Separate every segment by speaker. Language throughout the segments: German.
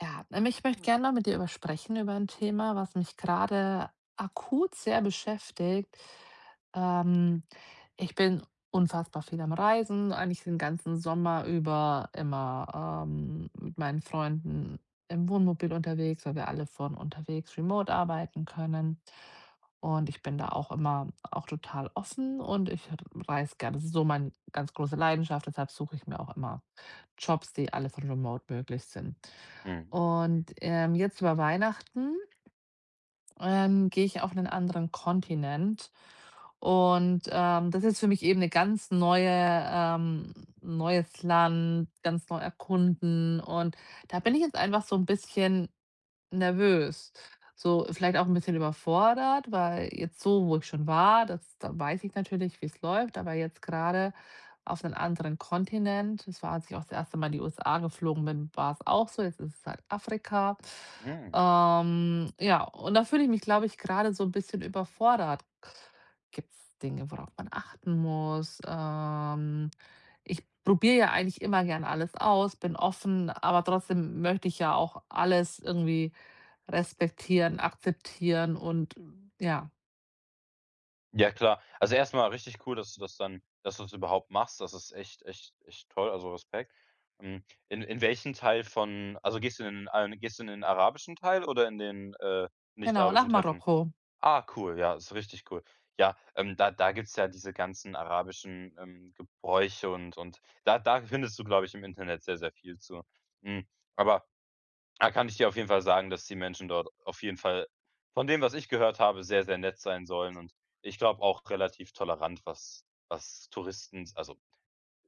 Speaker 1: Ja, ich möchte gerne noch mit dir über sprechen, über ein Thema, was mich gerade akut sehr beschäftigt. Ähm, ich bin unfassbar viel am Reisen, eigentlich den ganzen Sommer über immer, mit meinen Freunden im Wohnmobil unterwegs, weil wir alle von unterwegs remote arbeiten können. Und ich bin da auch immer auch total offen und ich reise gerne. Das ist so meine ganz große Leidenschaft, deshalb suche ich mir auch immer Jobs, die alle von remote möglich sind.
Speaker 2: Mhm,
Speaker 1: Und, jetzt über Weihnachten, gehe ich auf einen anderen Kontinent. Und, das ist für mich eben 'ne ganz neues Land, ganz neu erkunden. Und da bin ich jetzt einfach so ein bisschen nervös. So vielleicht auch ein bisschen überfordert, weil jetzt so, wo ich schon war, das da weiß ich natürlich, wie es läuft, aber jetzt gerade auf 'nen anderen Kontinent, das war, als ich auch das erste Mal in die USA geflogen bin, war es auch so, jetzt ist es halt Afrika.
Speaker 2: mhm.
Speaker 1: Ja, und da fühle ich mich, glaube ich, gerade so ein bisschen überfordert. Gibt es Dinge, worauf man achten muss? Ich probiere ja eigentlich immer gern alles aus, bin offen, aber trotzdem möchte ich ja auch alles irgendwie respektieren, akzeptieren und ja,
Speaker 2: Ja, klar. Also, erstmal richtig cool, dass du's überhaupt machst. Das ist echt, echt, echt toll, also Respekt. In welchen Teil von, also, gehst du in den arabischen Teil oder in den,
Speaker 1: genau, nach
Speaker 2: nicht-arabischen Teil von?
Speaker 1: Marokko.
Speaker 2: Ah, cool, ja, ist richtig cool. Ja, da gibt's ja diese ganzen arabischen, Gebräuche, und da findest du, glaube ich, im Internet sehr, sehr viel zu. Hm, aber da kann ich dir auf jeden Fall sagen, dass die Menschen dort auf jeden Fall, von dem, was ich gehört habe, sehr, sehr nett sein sollen, und ich glaube auch relativ tolerant, was Touristen, also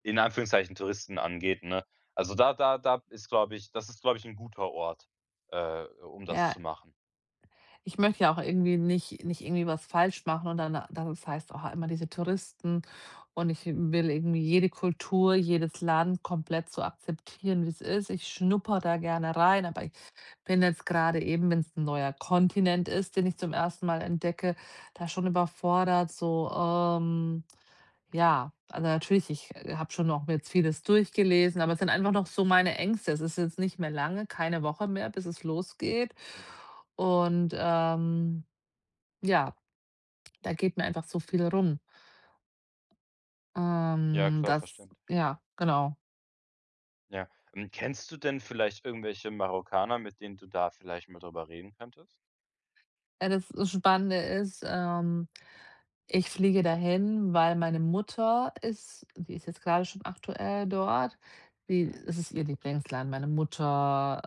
Speaker 2: in Anführungszeichen Touristen, angeht, ne? Also, da ist, glaube ich das ist, glaube ich, ein guter Ort, um das
Speaker 1: Ja,
Speaker 2: zu machen.
Speaker 1: ich möchte ja auch irgendwie nicht irgendwie was falsch machen und dann das heißt auch immer diese Touristen und ich will irgendwie jede Kultur, jedes Land komplett so akzeptieren, wie es ist. Ich schnupper da gerne rein, aber bin jetzt gerade eben, wenn es ein neuer Kontinent ist, den ich zum ersten Mal entdecke, da schon überfordert, so, ja, also, natürlich, ich, habe schon noch mir jetzt vieles durchgelesen, aber es sind einfach noch so meine Ängste. Es ist jetzt nicht mehr lange, keine Woche mehr, bis es losgeht.
Speaker 2: Mhm.
Speaker 1: Und, ja, da geht mir einfach so viel rum.
Speaker 2: Ja, klar,
Speaker 1: Das
Speaker 2: verständlich.
Speaker 1: ja, genau.
Speaker 2: Ja. Kennst du denn vielleicht irgendwelche Marokkaner, mit denen du da vielleicht mal drüber reden könntest?
Speaker 1: Ja, das Spannende ist, ich fliege dahin, weil meine Mutter ist die ist jetzt gerade schon aktuell dort. Die
Speaker 2: Hm,
Speaker 1: Es ist ihr Lieblingsland. Meine Mutter,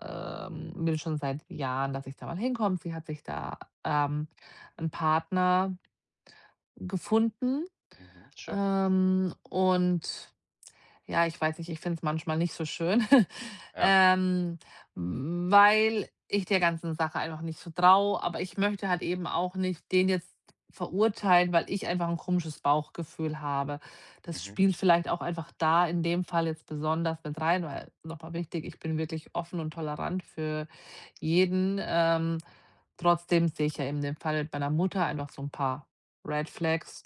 Speaker 1: will schon seit Jahren, dass ich da mal hinkomme. Sie hat sich da, ähm, 'n Partner gefunden,
Speaker 2: mhm, schön.
Speaker 1: und ja, ich weiß nicht, ich finde es manchmal nicht so schön,
Speaker 2: Ja,
Speaker 1: ähm, weil ich der ganzen Sache einfach nicht so traue, aber ich möchte halt eben auch nicht den jetzt verurteilen, weil ich einfach ein komisches Bauchgefühl habe. Das
Speaker 2: mhm,
Speaker 1: spielt vielleicht auch einfach da in dem Fall jetzt besonders mit rein, weil nochmal wichtig, ich bin wirklich offen und tolerant für jeden, trotzdem sehe ich ja eben den Fall mit meiner Mutter einfach so ein paar Red Flags.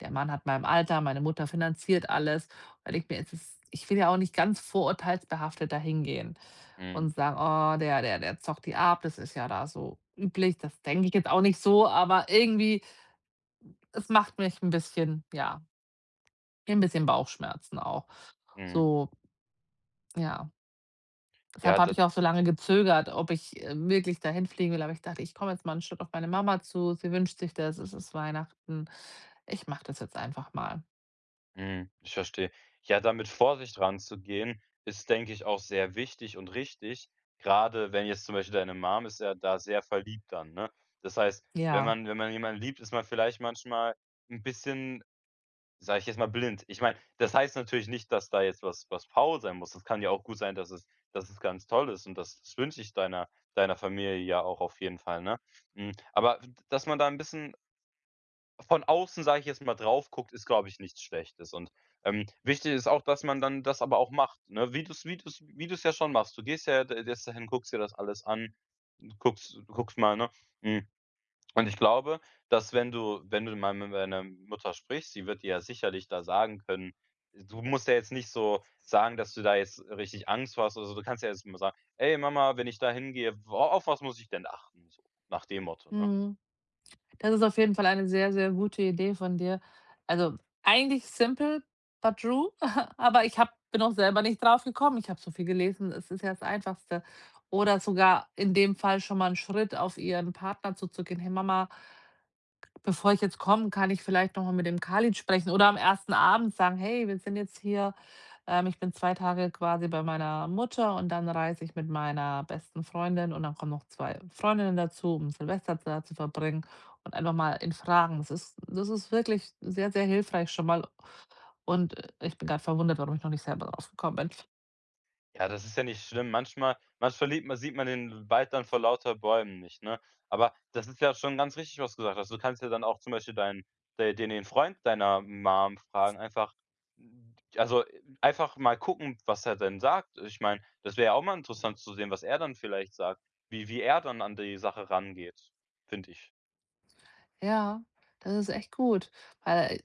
Speaker 1: Der Mann hat mein Alter, meine Mutter finanziert alles. Und ich mir es ist ich will ja auch nicht ganz vorurteilsbehaftet dahingehen
Speaker 2: mhm,
Speaker 1: und sagen: „Oh, der zockt die ab, das ist ja da so üblich.“ Das denke ich jetzt auch nicht so, aber irgendwie, es macht mich ein bisschen ja, ein bisschen Bauchschmerzen auch.
Speaker 2: mhm.
Speaker 1: So, ja. Deshalb
Speaker 2: Ja,
Speaker 1: habe
Speaker 2: da.
Speaker 1: ich auch so lange gezögert, ob ich, wirklich dahin fliegen will, aber ich dachte: „Ich komme jetzt mal einen Schritt auf meine Mama zu. Sie wünscht sich das. Es ist Weihnachten. Ich mache das jetzt einfach mal.“
Speaker 2: Mhm, ich verstehe. Ja, damit mit Vorsicht ranzugehen, ist, denke ich, auch sehr wichtig und richtig. Gerade wenn jetzt zum Beispiel deine Mom ist ja da sehr verliebt dann, ne? Das heißt, wenn
Speaker 1: Ja,
Speaker 2: man wenn man jemanden liebt, ist man vielleicht manchmal ein bisschen, sage ich jetzt mal, blind. Ich meine, das heißt natürlich nicht, dass da jetzt was faul sein muss. Das kann ja auch gut sein, dass es ganz toll ist, und das wünsche ich deiner Familie ja auch auf jeden Fall, ne? Aber dass man da ein bisschen von außen, sage ich jetzt mal, drauf guckt, ist, glaube ich, nichts Schlechtes. Und, wichtig ist auch, dass man dann das aber auch macht, ne? Wie du's ja schon machst. Du gehst ja d jetzt dahin, guckst dir das alles an, guckst mal, ne? Hm, und ich glaube, dass, wenn du mal mit deiner Mutter sprichst, sie wird dir ja sicherlich da sagen können. Du musst ja jetzt nicht so sagen, dass du da jetzt richtig Angst vor hast, also du kannst ja jetzt mal sagen: „Ey Mama, wenn ich da hingehe, wo auf was muss ich denn achten?" So nach dem Motto, ne?
Speaker 1: mhm. Das ist auf jeden Fall eine sehr, sehr gute Idee von dir. Also, eigentlich simple but true, aber ich habe bin auch selber nicht drauf gekommen. Ich habe so viel gelesen, es ist ja das Einfachste. Oder sogar in dem Fall schon mal einen Schritt auf ihren Partner zuzugehen: „Hey Mama, bevor ich jetzt komme, kann ich vielleicht noch mal mit dem Khalid sprechen oder am ersten Abend sagen: „Hey, wir sind jetzt hier ich bin 2 Tage quasi bei meiner Mutter und dann reise ich mit meiner besten Freundin und dann kommen noch 2 Freundinnen dazu, um Silvester da zu verbringen“ und einfach mal in fragen. Das ist wirklich sehr, sehr hilfreich schon mal und, ich bin gerade verwundert, warum ich noch nicht selber drauf gekommen bin.
Speaker 2: Ja, das ist ja nicht schlimm. Manchmal liebt man sieht man den Wald dann vor lauter Bäumen nicht, ne? Aber das ist ja schon ganz richtig, was du gesagt hast. Du kannst ja dann auch zum Beispiel deinen de den den Freund deiner Mom fragen, einfach also, einfach mal gucken, was er denn sagt. Ich meine, das wäre ja auch mal interessant zu sehen, was er dann vielleicht sagt, wie er dann an die Sache rangeht, finde ich.
Speaker 1: Ja, das ist echt gut, weil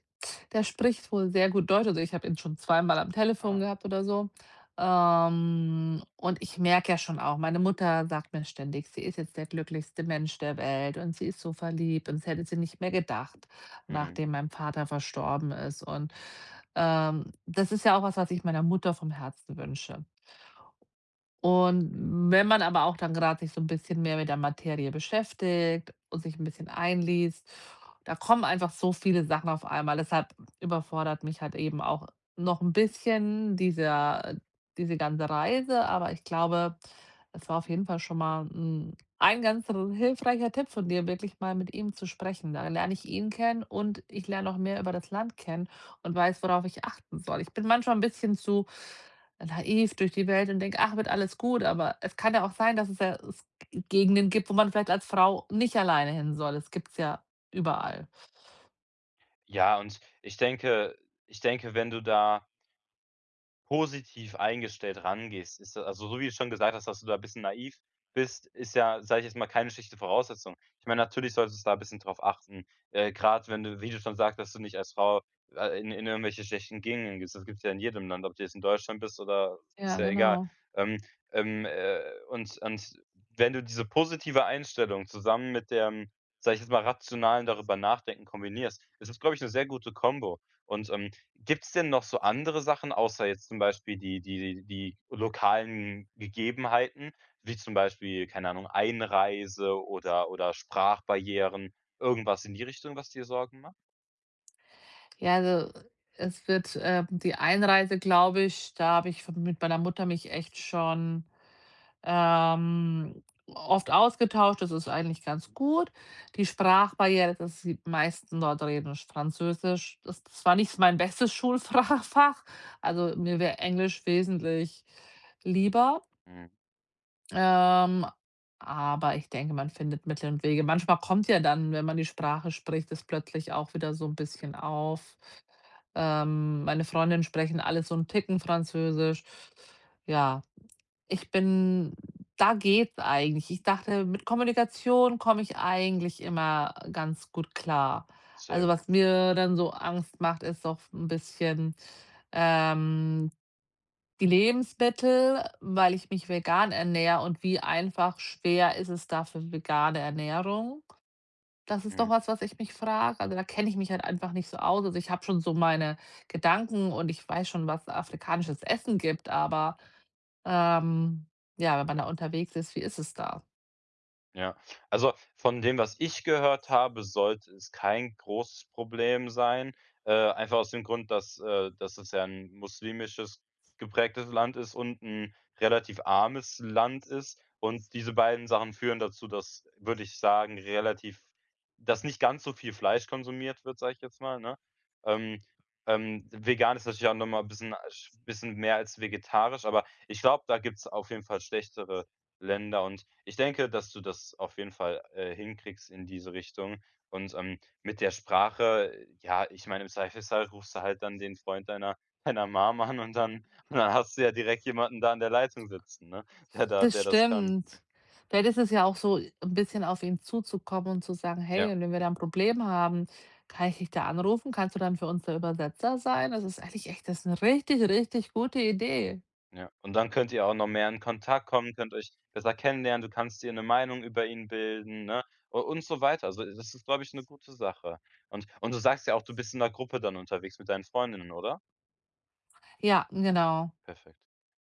Speaker 1: der spricht wohl sehr gut Deutsch. Also, ich habe ihn schon zweimal am Telefon
Speaker 2: Ah.
Speaker 1: gehabt oder so. Und ich merke ja schon auch, meine Mutter sagt mir ständig, sie ist jetzt der glücklichste Mensch der Welt und sie ist so verliebt und das hätte sie nicht mehr gedacht,
Speaker 2: Mhm.
Speaker 1: nachdem mein Vater verstorben ist. Und das ist ja auch was, was ich meiner Mutter vom Herzen wünsche. Und wenn man aber auch dann gerade sich so ein bisschen mehr mit der Materie beschäftigt und sich ein bisschen einliest, da kommen einfach so viele Sachen auf einmal. Deshalb überfordert mich halt eben auch noch ein bisschen diese ganze Reise, aber ich glaube, es war auf jeden Fall schon mal 'n ein ganz r hilfreicher Tipp von dir, wirklich mal mit ihm zu sprechen. Da lerne ich ihn kennen und ich lerne noch mehr über das Land kennen und weiß, worauf ich achten soll. Ich bin manchmal ein bisschen zu naiv durch die Welt und denke: „Ach, wird alles gut.“ Aber es kann ja auch sein, dass es Gegenden gibt, wo man vielleicht als Frau nicht alleine hin soll. Das gibt's ja überall.
Speaker 2: Ja, und ich denke, wenn du da positiv eingestellt rangehst, ist da, also, so wie du schon gesagt hast, dass du da ein bisschen naiv bist, ist ja, sage ich jetzt mal, keine schlechte Voraussetzung. Ich meine, natürlich solltest du da ein bisschen drauf achten, grad, wenn du wie du schon sagst, dass du nicht als Frau, in irgendwelche schlechten Gegenden gehst. Das gibt es ja in jedem Land, ob du jetzt in Deutschland bist oder, ist
Speaker 1: Ja,
Speaker 2: ja egal.
Speaker 1: genau.
Speaker 2: Ähm, ähm, äh, und wenn du diese positive Einstellung zusammen mit dem, sage ich jetzt mal, rationalen Darüber-Nachdenken kombinierst, ist das, glaube ich, eine sehr gute Kombo. Und, gibt's denn noch so andere Sachen, außer jetzt zum Beispiel die lokalen Gegebenheiten, wie zum Beispiel, keine Ahnung, Einreise oder Sprachbarrieren, irgendwas in die Richtung, was dir Sorgen macht?
Speaker 1: Ja, also, es wird, die Einreise, glaube ich da habe ich v mit meiner Mutter mich echt schon oft ausgetauscht. Das ist eigentlich ganz gut. Die Sprachbarriere, dass die meisten dort reden Französisch. Das war nicht mein bestes Schulfra Also, mir wäre Englisch wesentlich lieber.
Speaker 2: Mhm.
Speaker 1: Ähm, aber ich denke, man findet Mittel und Wege. Manchmal kommt ja dann, wenn man die Sprache spricht, das plötzlich auch wieder so ein bisschen auf. Meine Freundinnen sprechen alles so 'n Ticken Französisch. Ja. Ich bin Da geht's eigentlich. Ich dachte, mit Kommunikation komme ich eigentlich immer ganz gut klar. Also,
Speaker 2: Sehr gut.
Speaker 1: was mir dann so Angst macht, ist doch ein bisschen, ähm, die Lebensmittel, weil ich mich vegan ernähre und wie einfach schwer ist es da für vegane Ernährung? Das ist doch
Speaker 2: Mhm.
Speaker 1: was, was ich mich frage. Also, da kenne ich mich halt einfach nicht so aus. Also, ich habe schon so meine Gedanken und ich weiß schon, was afrikanisches Essen gibt, aber ähm, ja, wenn man da unterwegs ist, wie ist es da?
Speaker 2: Ja. Also, von dem, was ich gehört habe, sollte es kein großes Problem sein. Einfach aus dem Grund, dass es ja ein muslimisches geprägtes Land ist und ein relativ armes Land ist. Und diese beiden Sachen führen dazu, dass, würde ich sagen, relativ, dass nicht ganz so viel Fleisch konsumiert wird, sage ich jetzt mal, ne? Ähm, Vegan ist natürlich auch noch mal 'n bisschen sch bisschen mehr als vegetarisch, aber ich glaube, da gibt's auf jeden Fall schlechtere Länder, und ich denke, dass du das auf jeden Fall, hinkriegst in diese Richtung. Und, mit der Sprache, ja, ich meine, im Zweifelsfall rufst du halt dann den Freund deiner deiner Mom an, und dann hast du ja direkt jemanden da an der Leitung sitzen, ne,
Speaker 1: Das
Speaker 2: der das kann.
Speaker 1: stimmt. Vielleicht ist es ja auch so ein bisschen auf ihn zuzukommen und zu sagen: „Hey,
Speaker 2: Ja,
Speaker 1: und wenn wir da ein Problem haben, kann ich dich da anrufen? Kannst du dann für uns der Übersetzer sein?“ Das ist eigentlich echt das ist eine richtig, richtig gute Idee.
Speaker 2: ja. Und dann könnt ihr auch noch mehr in Kontakt kommen, könnt euch besser kennenlernen, du kannst dir eine Meinung über ihn bilden, ne, u und so weiter. Also, das ist, glaube ich, eine gute Sache. Und du sagst ja auch, du bist in der Gruppe dann unterwegs mit deinen Freundinnen, oder?
Speaker 1: Ja, genau.
Speaker 2: Perfekt.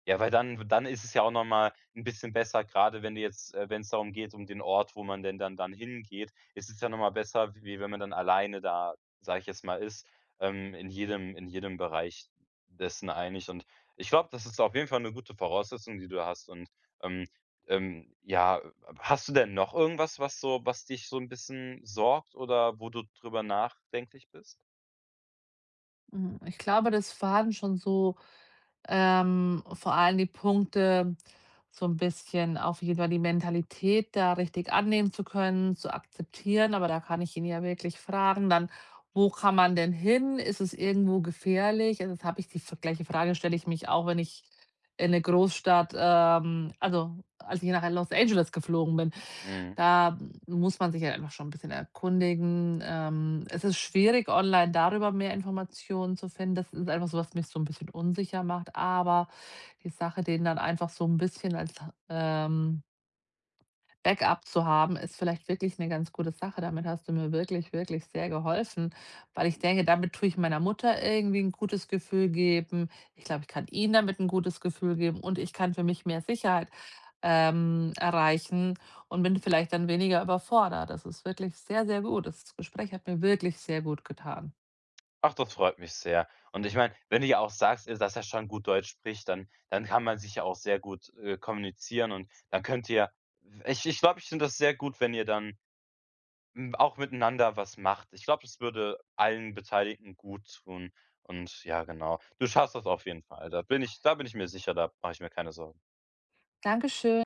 Speaker 2: Ja, weil dann ist es ja auch noch mal 'n bisschen besser, grade wenn du jetzt wenn's darum geht, um den Ort, wo man denn dann hingeht, ist es ja noch mal besser, wie wenn man dann alleine da, sage ich jetzt mal, ist, in jedem, in jedem Bereich dessen einig. Und ich glaube, das ist auf jeden Fall 'ne gute Voraussetzung, die du hast. Und, ähm ja, hast du denn noch irgendwas, was, so was dich so 'n bisschen sorgt oder wo du drüber nachdenklich bist?
Speaker 1: Mhm, ich glaube, das waren schon so, vor allem die Punkte, so ein bisschen auf jeden Fall die Mentalität da richtig annehmen zu können, zu akzeptieren, aber da kann ich ihn ja wirklich fragen dann: „Wo kann man denn hin? Ist es irgendwo gefährlich?“ Also, das habe ich die f gleiche Frage stelle ich mich auch, wenn ich in eine Großstadt, also, als ich nach Los Angeles geflogen bin.
Speaker 2: Mhm.
Speaker 1: Da muss man sich halt einfach schon ein bisschen erkundigen. Es ist schwierig, online darüber mehr Informationen zu finden. Das ist einfach so, was mich so ein bisschen unsicher macht, aber die Sache, den dann einfach so ein bisschen als, ähm Backup zu haben, ist vielleicht wirklich eine ganz gute Sache. Damit hast du mir wirklich, wirklich sehr geholfen, weil ich denke, damit tue ich meiner Mutter irgendwie ein gutes Gefühl geben. Ich glaube, ich kann ihnen damit ein gutes Gefühl geben und ich kann für mich mehr Sicherheit, erreichen und bin vielleicht dann weniger überfordert. Das ist wirklich sehr, sehr gut. Das Gespräch hat mir wirklich sehr gut getan.
Speaker 2: Ach, das freut mich sehr. Und ich meine, wenn du ja auch sagst, dass er schon gut Deutsch spricht, dann kann man sich ja auch sehr gut, kommunizieren, und dann könnt ihr ich glaube, ich finde das sehr gut, wenn ihr dann, auch miteinander was macht. Ich glaube, das würde allen Beteiligten gut tun, und ja, genau. Du schaffst das auf jeden Fall. Da bin ich mir sicher, da mache ich mir keine Sorgen.
Speaker 1: Dankeschön.